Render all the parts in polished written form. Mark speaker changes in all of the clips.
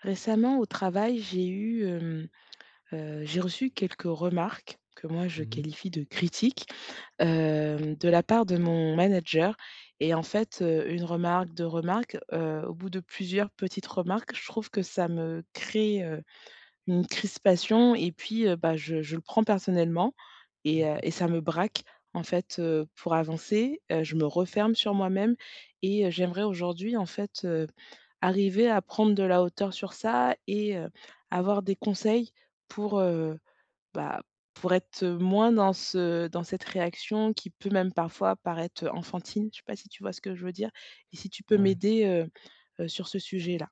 Speaker 1: Récemment, au travail, j'ai reçu quelques remarques que moi je
Speaker 2: Mmh.
Speaker 1: qualifie de critiques, de la part de mon manager et une remarque, 2 remarques, au bout de plusieurs petites remarques, je trouve que ça me crée, une crispation et puis, bah, je le prends personnellement et heu
Speaker 2: D'accord.
Speaker 1: et ça me braque en fait, pour avancer, je me referme sur moi-même et j'aimerais aujourd'hui arriver à prendre de la hauteur sur ça et avoir des conseils pour, bah, pour être, moins dans ce dans cette réaction qui peut même parfois paraître, enfantine. Je sais pas si tu vois ce que je veux dire? Et si tu peux
Speaker 2: Ouais.
Speaker 1: m'aider, sur ce sujet-là.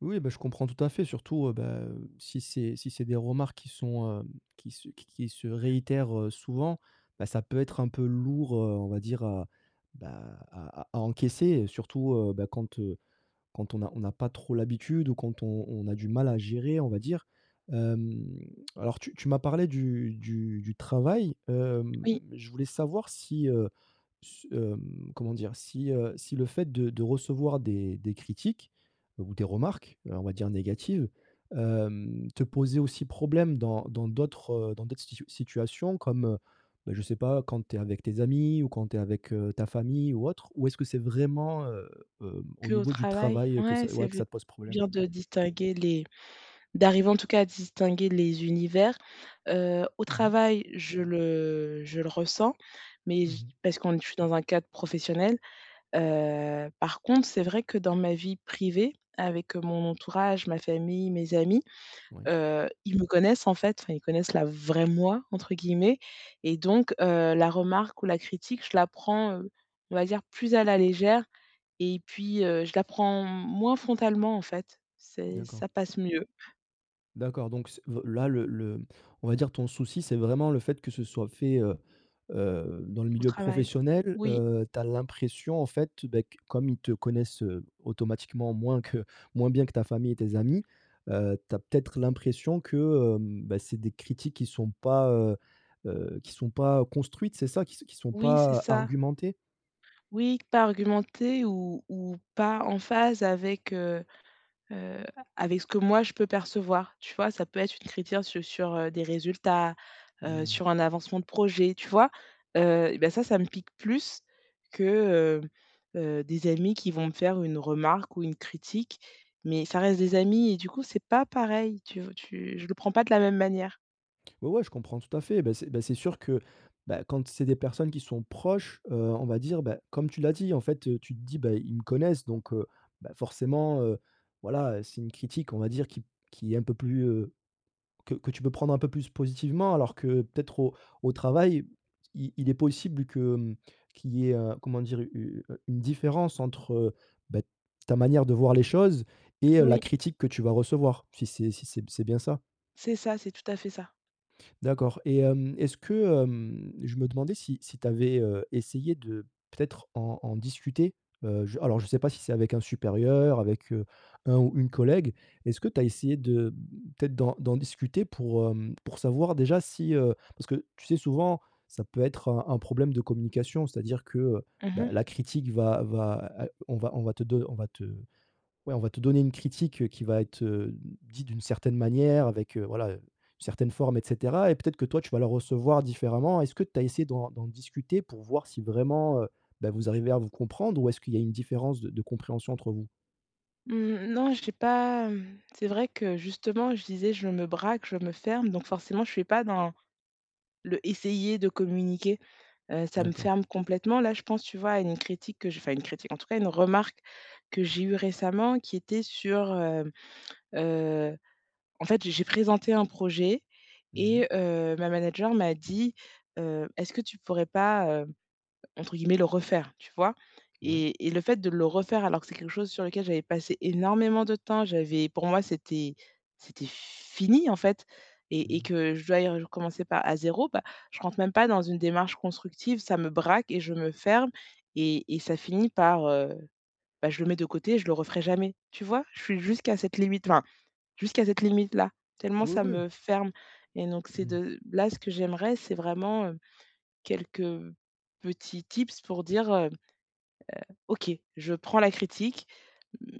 Speaker 2: Oui, bah, je comprends tout à fait, surtout, bah, si c'est des remarques qui sont, qui se réitèrent, souvent, bah, ça peut être un peu lourd, on va dire, à, bah, à encaisser, surtout, bah, quand on n'a pas trop l'habitude ou quand on a du mal à gérer, on va dire. Hem, alors, tu m'as parlé du travail,
Speaker 1: Oui,
Speaker 2: je voulais savoir si, comment dire? Si le fait de recevoir des critiques ou des remarques, on va dire négatives, te posait aussi problème dans dans d'autres situations comme, bah, je sais pas, quand tu es avec tes amis ou quand tu es avec, ta famille ou autre? Ou est-ce que c'est vraiment, au
Speaker 1: qu'au
Speaker 2: niveau du
Speaker 1: travail.
Speaker 2: travail que
Speaker 1: Ouais,
Speaker 2: ça,
Speaker 1: c'est
Speaker 2: ouais, que
Speaker 1: v
Speaker 2: ça te pose problème?
Speaker 1: bien de distinguer les d'arriver en tout cas à distinguer les univers. Au
Speaker 2: Mmh mh.
Speaker 1: travail, je le ressens, mais j
Speaker 2: Mmh.
Speaker 1: parce qu'on je suis dans un cadre professionnel. Par contre, c'est vrai que dans ma vie privée, avec, mon entourage, ma famille, mes amis,
Speaker 2: Oui,
Speaker 1: ils me connaissent en fait, enfin ils connaissent «la vraie moi» entre guillemets et donc la remarque ou la critique, je la prends, on va dire plus à la légère et puis, je la prends moins frontalement en fait. C'est
Speaker 2: d'accord.
Speaker 1: ça passe mieux
Speaker 2: D'accord, donc c'est v là, le on va dire ton souci, c'est vraiment le fait que ce soit fait, dans le
Speaker 1: au
Speaker 2: milieu
Speaker 1: travail.
Speaker 2: professionnel.
Speaker 1: Oui,
Speaker 2: Tu as l'impression, en fait, beh, q comme ils te connaissent, automatiquement moins bien que ta famille et tes amis, tu as peut-être l'impression que, bah, c'est des critiques qui sont pas construites, c'est ça? Qui sont
Speaker 1: oui, c'est
Speaker 2: pas
Speaker 1: ça.
Speaker 2: argumentées?
Speaker 1: Oui, pas argumenté ou pas en phase avec, Heu, avec ce que moi je peux percevoir, tu vois? Ça peut être une critique su sur, des résultats,
Speaker 2: Mmh.
Speaker 1: sur un avancement de projet, tu vois? Bah, ça me pique plus que, des amis qui vont me faire une remarque ou une critique, mais ça reste des amis et du coup, c'est pas pareil, tu tu je le prends pas de la même manière.
Speaker 2: Ouais, ouais, je comprends tout à fait. Bah, c'est sûr que, bah, quand c'est des personnes qui sont proches, on va dire, bah, comme tu l'as dit, en fait, tu te dis: «Bah, ils me connaissent», donc bah, forcément, voilà, c'est une critique, on va dire, qui est un peu plus, que tu peux prendre un peu plus positivement, alors que peut-être au travail, i il est possible que, qu'il y ait, comment dire? U u une différence entre, bah, ta manière de voir les choses et la
Speaker 1: Oui.
Speaker 2: critique que tu vas recevoir, si c'est bien ça?
Speaker 1: C'est ça, c'est tout à fait ça.
Speaker 2: D'accord et est-ce que, je me demandais si tu avais essayé de peut-être en discuter? Je alors je ne sais pas si c'est avec un supérieur, avec, un ou une collègue. Est-ce que tu as essayé de peut-être d'en discuter pour, pour savoir déjà si, parce que tu sais souvent ça peut être un problème de communication, c'est-à-dire que,
Speaker 1: Mmh
Speaker 2: bah,
Speaker 1: mh.
Speaker 2: la critique va, on va on va te don on va te Ouais, on va te donner une critique, qui va être, dite d'une certaine manière avec, voilà, une certaine forme et cetera, et peut-être que toi, tu vas la recevoir différemment. Est-ce que tu as essayé d'en discuter pour voir si vraiment, bah, vous arrivez à vous comprendre ou est-ce qu'il y a une différence de compréhension entre vous?
Speaker 1: Mmh, non, j'ai pas, c'est vrai que justement je disais: «Je me braque, je me ferme», donc forcément je suis pas dans le essayer de communiquer. Ça me
Speaker 2: D'accord.
Speaker 1: ferme complètement. Là, je pense, tu vois, à une critique que j'ai enfin une critique, en tout cas une remarque que j'ai eue récemment qui était sur, heu, en fait, j'ai présenté un projet
Speaker 2: Mmh.
Speaker 1: et ma manager m'a dit, «Est-ce que tu pourrais pas, entre guillemets, «le refaire», tu vois?»
Speaker 2: Ouais.
Speaker 1: Et le fait de le refaire alors que c'est quelque chose sur lequel j'avais passé énormément de temps, j'avais pour moi c'était fini en fait et
Speaker 2: Mmh.
Speaker 1: que je dois y recommencer par à zéro bah, je rentre même pas dans une démarche constructive, ça me braque et je me ferme et ça finit par, bah, je le mets de côté, je le referai jamais, tu vois? Je suis jusqu'à cette limite, enfin, jusqu'à cette limite-là, tellement
Speaker 2: Oui,
Speaker 1: ça
Speaker 2: oui.
Speaker 1: me ferme et donc c'est
Speaker 2: Mmh.
Speaker 1: de là, ce que j'aimerais, c'est vraiment, quelques, petits tips pour dire, «OK, je prends la critique,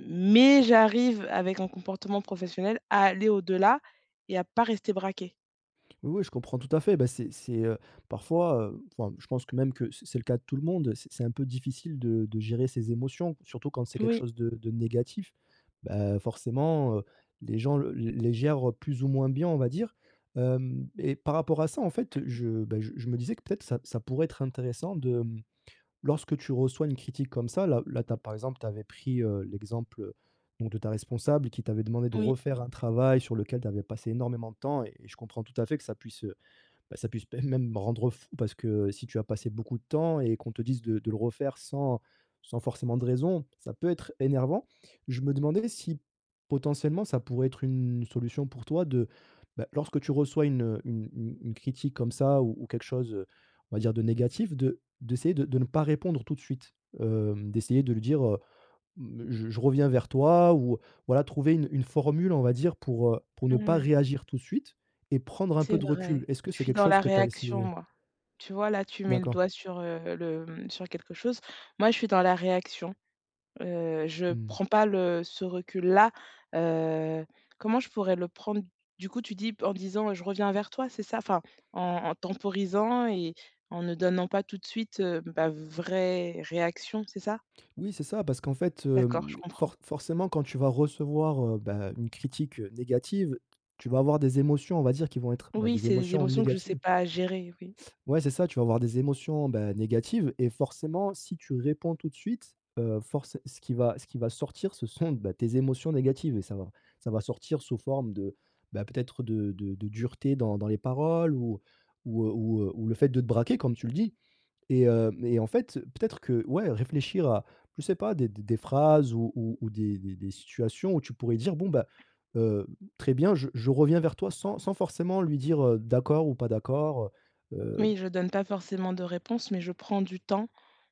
Speaker 1: mais j'arrive avec un comportement professionnel à aller au-delà et à pas rester braqué».
Speaker 2: Oui, oui, je comprends tout à fait. Bah, parfois, enfin, je pense que même que c'est le cas de tout le monde, c'est un peu difficile de gérer ses émotions, surtout quand c'est quelque
Speaker 1: Oui,
Speaker 2: chose de négatif. Bah, forcément, les gens le les gèrent plus ou moins bien, on va dire. Hem Et par rapport à ça, en fait, bah, je me disais que peut-être ça pourrait être intéressant de, lorsque tu reçois une critique comme ça, là, tu par exemple, tu avais pris, l'exemple, donc de ta responsable qui t'avait demandé de
Speaker 1: oui.
Speaker 2: refaire un travail sur lequel tu avais passé énormément de temps et je comprends tout à fait que ça puisse, bah, ça puisse p même rendre fou parce que si tu as passé beaucoup de temps et qu'on te dise de le refaire sans forcément de raison, ça peut être énervant. Je me demandais si potentiellement ça pourrait être une solution pour toi de, bah, lorsque tu reçois une critique comme ça ou quelque chose, on va dire de négatif, de d'essayer de ne pas répondre tout de suite. D'essayer de lui dire, Mmh, je reviens vers toi, ou voilà, trouver une formule, on va dire, pour ne pas
Speaker 1: Mmh.
Speaker 2: réagir tout de suite et prendre un peu
Speaker 1: C'est
Speaker 2: de recul.
Speaker 1: vrai.
Speaker 2: Est-ce que
Speaker 1: Je
Speaker 2: c'est
Speaker 1: suis
Speaker 2: quelque
Speaker 1: dans
Speaker 2: chose
Speaker 1: la
Speaker 2: que tu as
Speaker 1: réaction,
Speaker 2: essayé?
Speaker 1: moi. Tu vois, là, tu mets le
Speaker 2: D'accord.
Speaker 1: doigt sur, sur quelque chose. Moi, je suis dans la réaction. Je
Speaker 2: Mmh.
Speaker 1: prends pas le ce recul-là, heu, comment je pourrais le prendre? Du coup, tu dis en disant, «Je reviens vers toi», c'est ça? Enfin, en temporisant et en ne donnant pas tout de suite, ma vraie réaction, c'est ça?
Speaker 2: Oui, c'est ça, parce qu'en fait,
Speaker 1: D'accord, je
Speaker 2: hem,
Speaker 1: comprends.
Speaker 2: for forcément, quand tu vas recevoir, bah, une critique, négative, tu vas avoir des émotions, on va dire, qui vont être, bah,
Speaker 1: Oui,
Speaker 2: des
Speaker 1: c'est des
Speaker 2: émotions
Speaker 1: émotions que je sais
Speaker 2: négatives.
Speaker 1: pas gérer, oui.
Speaker 2: Ouais, c'est ça, tu vas avoir des émotions, bah, négatives, et forcément, si tu réponds tout de suite, forcé ce qui va sortir, ce sont, bah, tes émotions négatives, et ça va sortir sous forme de, bah, peut-être de dureté dans les paroles ou le fait de te braquer comme tu le dis, et hem et en fait, peut-être que, ouais, réfléchir à, je sais pas, des phrases ou des situations où tu pourrais dire: «Bon, bah, heu, très bien, je reviens vers toi», sans forcément lui dire, d'accord ou pas d'accord.
Speaker 1: Oui, je donne pas forcément de réponse, mais je prends du temps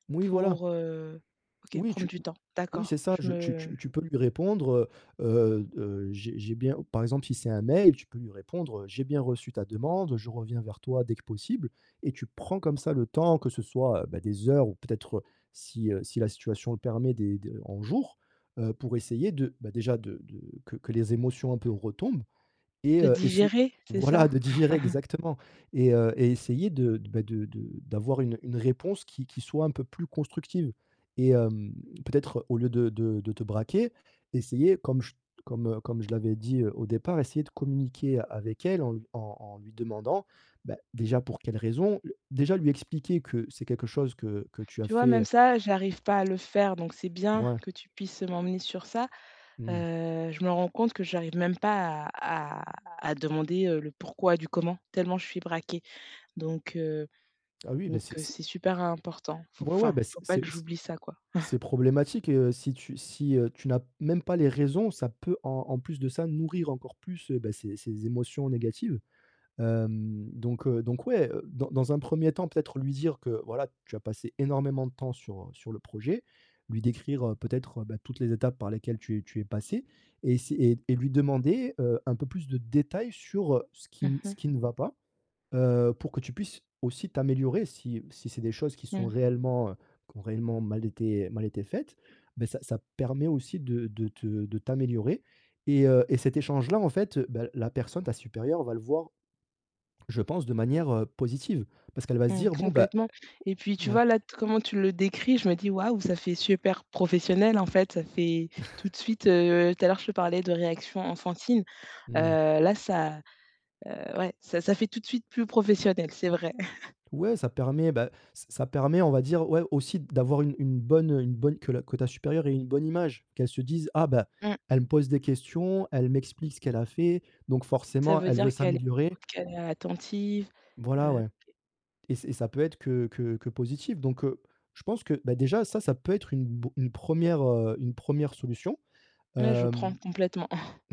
Speaker 2: Oui, voilà.
Speaker 1: pour, OK,
Speaker 2: Oui,
Speaker 1: prendre
Speaker 2: tu
Speaker 1: du temps,
Speaker 2: oui, c'est
Speaker 1: d'accord.
Speaker 2: ça,
Speaker 1: Je
Speaker 2: je tu tu
Speaker 1: me
Speaker 2: tu peux lui répondre, j'ai bien, par exemple, si c'est un mail, tu peux lui répondre: «J'ai bien reçu ta demande, je reviens vers toi dès que possible», et tu prends comme ça le temps, que ce soit, bah, des heures ou peut-être, si la situation le permet des de en jours, pour essayer de, bah, déjà de que les émotions un peu retombent et
Speaker 1: De
Speaker 2: essayer,
Speaker 1: digérer, c'est
Speaker 2: voilà,
Speaker 1: ça?
Speaker 2: de digérer exactement, et essayer de, bah, de d'avoir une réponse qui soit un peu plus constructive, et peut-être au lieu de te braquer, essayer comme je l'avais dit, au départ, essayer de communiquer avec elle en lui en en lui demandant, bah, déjà pour quelles raisons, le déjà lui expliquer que c'est quelque chose que tu as
Speaker 1: Tu vois,
Speaker 2: fait,
Speaker 1: même ça, j'arrive pas à le faire, donc c'est bien
Speaker 2: mouais,
Speaker 1: que tu puisses m'emmener sur ça.
Speaker 2: mmh.
Speaker 1: Je me rends compte que j'arrive même pas à demander, le pourquoi du comment, tellement je suis braquée. Donc heu
Speaker 2: Ah oui, bah,
Speaker 1: donc heu,
Speaker 2: c'est
Speaker 1: c'est super important.
Speaker 2: ouais, ouais, bah,
Speaker 1: Faut pas
Speaker 2: c'est
Speaker 1: que j'oublie ça, quoi.
Speaker 2: C'est problématique, et si tu n'as même pas les raisons, ça peut en plus de ça nourrir encore plus, bah, ces émotions négatives. Hem, donc ouais, dans un premier temps, peut-être lui dire que voilà, tu as passé énormément de temps sur le projet, lui décrire, peut-être, bah, toutes les étapes par lesquelles tu es passé et essa et lui demander, un peu plus de détails sur, ce qui
Speaker 1: Mmh
Speaker 2: n
Speaker 1: mh.
Speaker 2: ce qui ne va pas, pour que tu puisses aussi t'améliorer si c'est des choses qui sont
Speaker 1: Mmh.
Speaker 2: réellement, qui ont réellement mal été faites. Ben ça permet aussi de t'améliorer, et cet échange-là, en fait, bah, la personne, ta supérieure va le voir, je pense, de manière, positive parce qu'elle va se
Speaker 1: Mmh,
Speaker 2: dire: «Bon, bah».
Speaker 1: complètement et puis, tu
Speaker 2: Ouais.
Speaker 1: vois, là, t comment tu le décris, je me dis: «Waouh, ça fait super professionnel», en fait. Ça fait tout de suite, tout à l'heure, je te parlais de réaction enfantine,
Speaker 2: Mmh.
Speaker 1: là, ça, ouais, ça fait tout de suite plus professionnel, c'est vrai.
Speaker 2: Ouais, ça permet, bah, on va dire, ouais, aussi d'avoir une bonne, que ta supérieure ait une bonne image, qu'elle se dise: «Ah bah,
Speaker 1: Mmh.
Speaker 2: elle me pose des questions, elle m'explique ce qu'elle a fait, donc
Speaker 1: Ça
Speaker 2: forcément
Speaker 1: veut
Speaker 2: elle
Speaker 1: dire
Speaker 2: veut
Speaker 1: qu'elle
Speaker 2: s'améliorer».
Speaker 1: écoute, qu'elle est attentive,
Speaker 2: Voilà,
Speaker 1: heu,
Speaker 2: ouais, et ça peut être que positif, donc je pense que, bah, déjà ça, ça peut être une bo une première re une première solution.
Speaker 1: ouais, je
Speaker 2: Euh,
Speaker 1: prends complètement.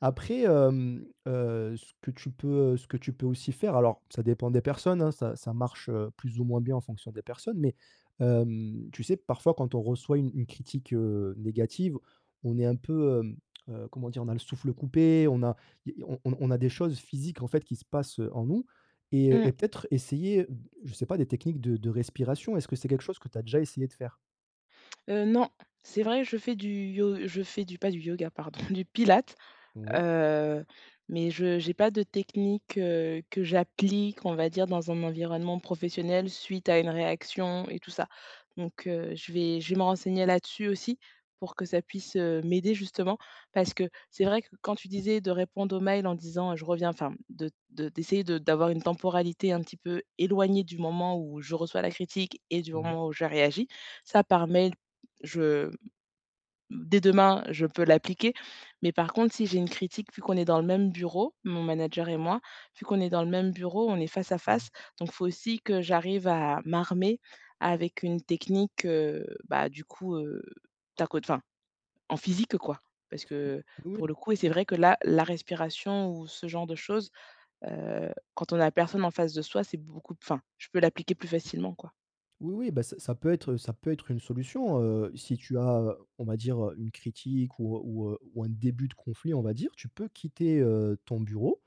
Speaker 2: Après, ce que tu peux, aussi faire, alors ça dépend des personnes, hein, ça marche, plus ou moins bien en fonction des personnes, mais tu sais, parfois quand on reçoit une critique, négative, on est un peu, comment dire? On a le souffle coupé, on a y on a des choses physiques en fait qui se passent, en nous, et
Speaker 1: Mmh,
Speaker 2: et peut-être essayer, je sais pas, des techniques de respiration. Est-ce que c'est quelque chose que tu as déjà essayé de faire?
Speaker 1: non, c'est vrai, je fais du pas du yoga, pardon, du pilates.
Speaker 2: Ouais.
Speaker 1: Heu, mais je n'ai pas de technique, que j'applique, on va dire, dans un environnement professionnel suite à une réaction et tout ça. Je vais je vais me renseigner là-dessus aussi pour que ça puisse, m'aider justement. Parce que c'est vrai que quand tu disais de répondre aux mails en disant: «Je reviens», enfin de d'essayer de d'avoir une temporalité un petit peu éloignée du moment où je reçois la critique et du
Speaker 2: Mmh mh.
Speaker 1: moment où je réagis, ça par mail, je dès demain, je peux l'appliquer. Mais par contre, si j'ai une critique, vu qu'on est dans le même bureau, mon manager et moi, vu qu'on est dans le même bureau, on est face à
Speaker 2: Mmh.
Speaker 1: face. Donc, il faut aussi que j'arrive à m'armer avec une technique, tac au enfin, en physique, quoi. Parce que
Speaker 2: Oui, oui.
Speaker 1: pour le coup et c'est vrai que là, la respiration ou ce genre de choses, quand on a personne en face de soi, je peux l'appliquer plus facilement, quoi.
Speaker 2: Oui, oui, bah, ça peut être une solution, si tu as, on va dire, une critique ou un début de conflit, on va dire, tu peux quitter, ton bureau,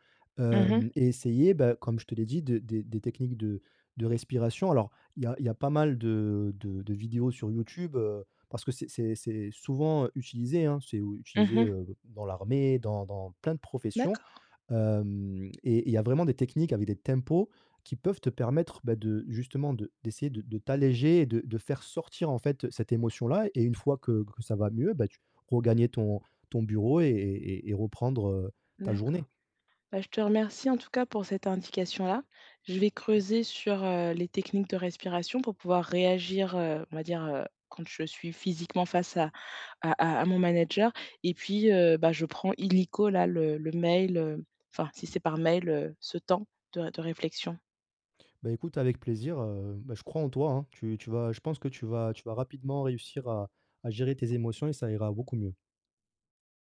Speaker 1: Mhm. Mhm.
Speaker 2: hem et essayer, bah, comme je te l'ai dit, de des techniques de respiration. Alors, il y a pas mal de vidéos sur YouTube, parce que c'est souvent utilisé, hein. C'est utilisé, dans l'armée, dans plein de professions,
Speaker 1: D'accord,
Speaker 2: hem et il y a vraiment des techniques avec des tempos qui peuvent te permettre, bah, de justement de d'essayer de t'alléger et de faire sortir, en fait, cette émotion-là, et une fois que ça va mieux, bah, tu regagner ton bureau et reprendre, ta journée.
Speaker 1: d'accord. Bah, je te remercie en tout cas pour cette indication-là. Je vais creuser sur les techniques de respiration pour pouvoir réagir, on va dire, quand je suis physiquement face à, à mon manager. Et puis, bah, je prends illico là, le mail, enfin, si c'est par mail, ce temps de réflexion.
Speaker 2: Bah, écoute, avec plaisir, bah, je crois en toi, hein. Tu tu vas je pense que tu vas rapidement réussir à gérer tes émotions et ça ira beaucoup mieux.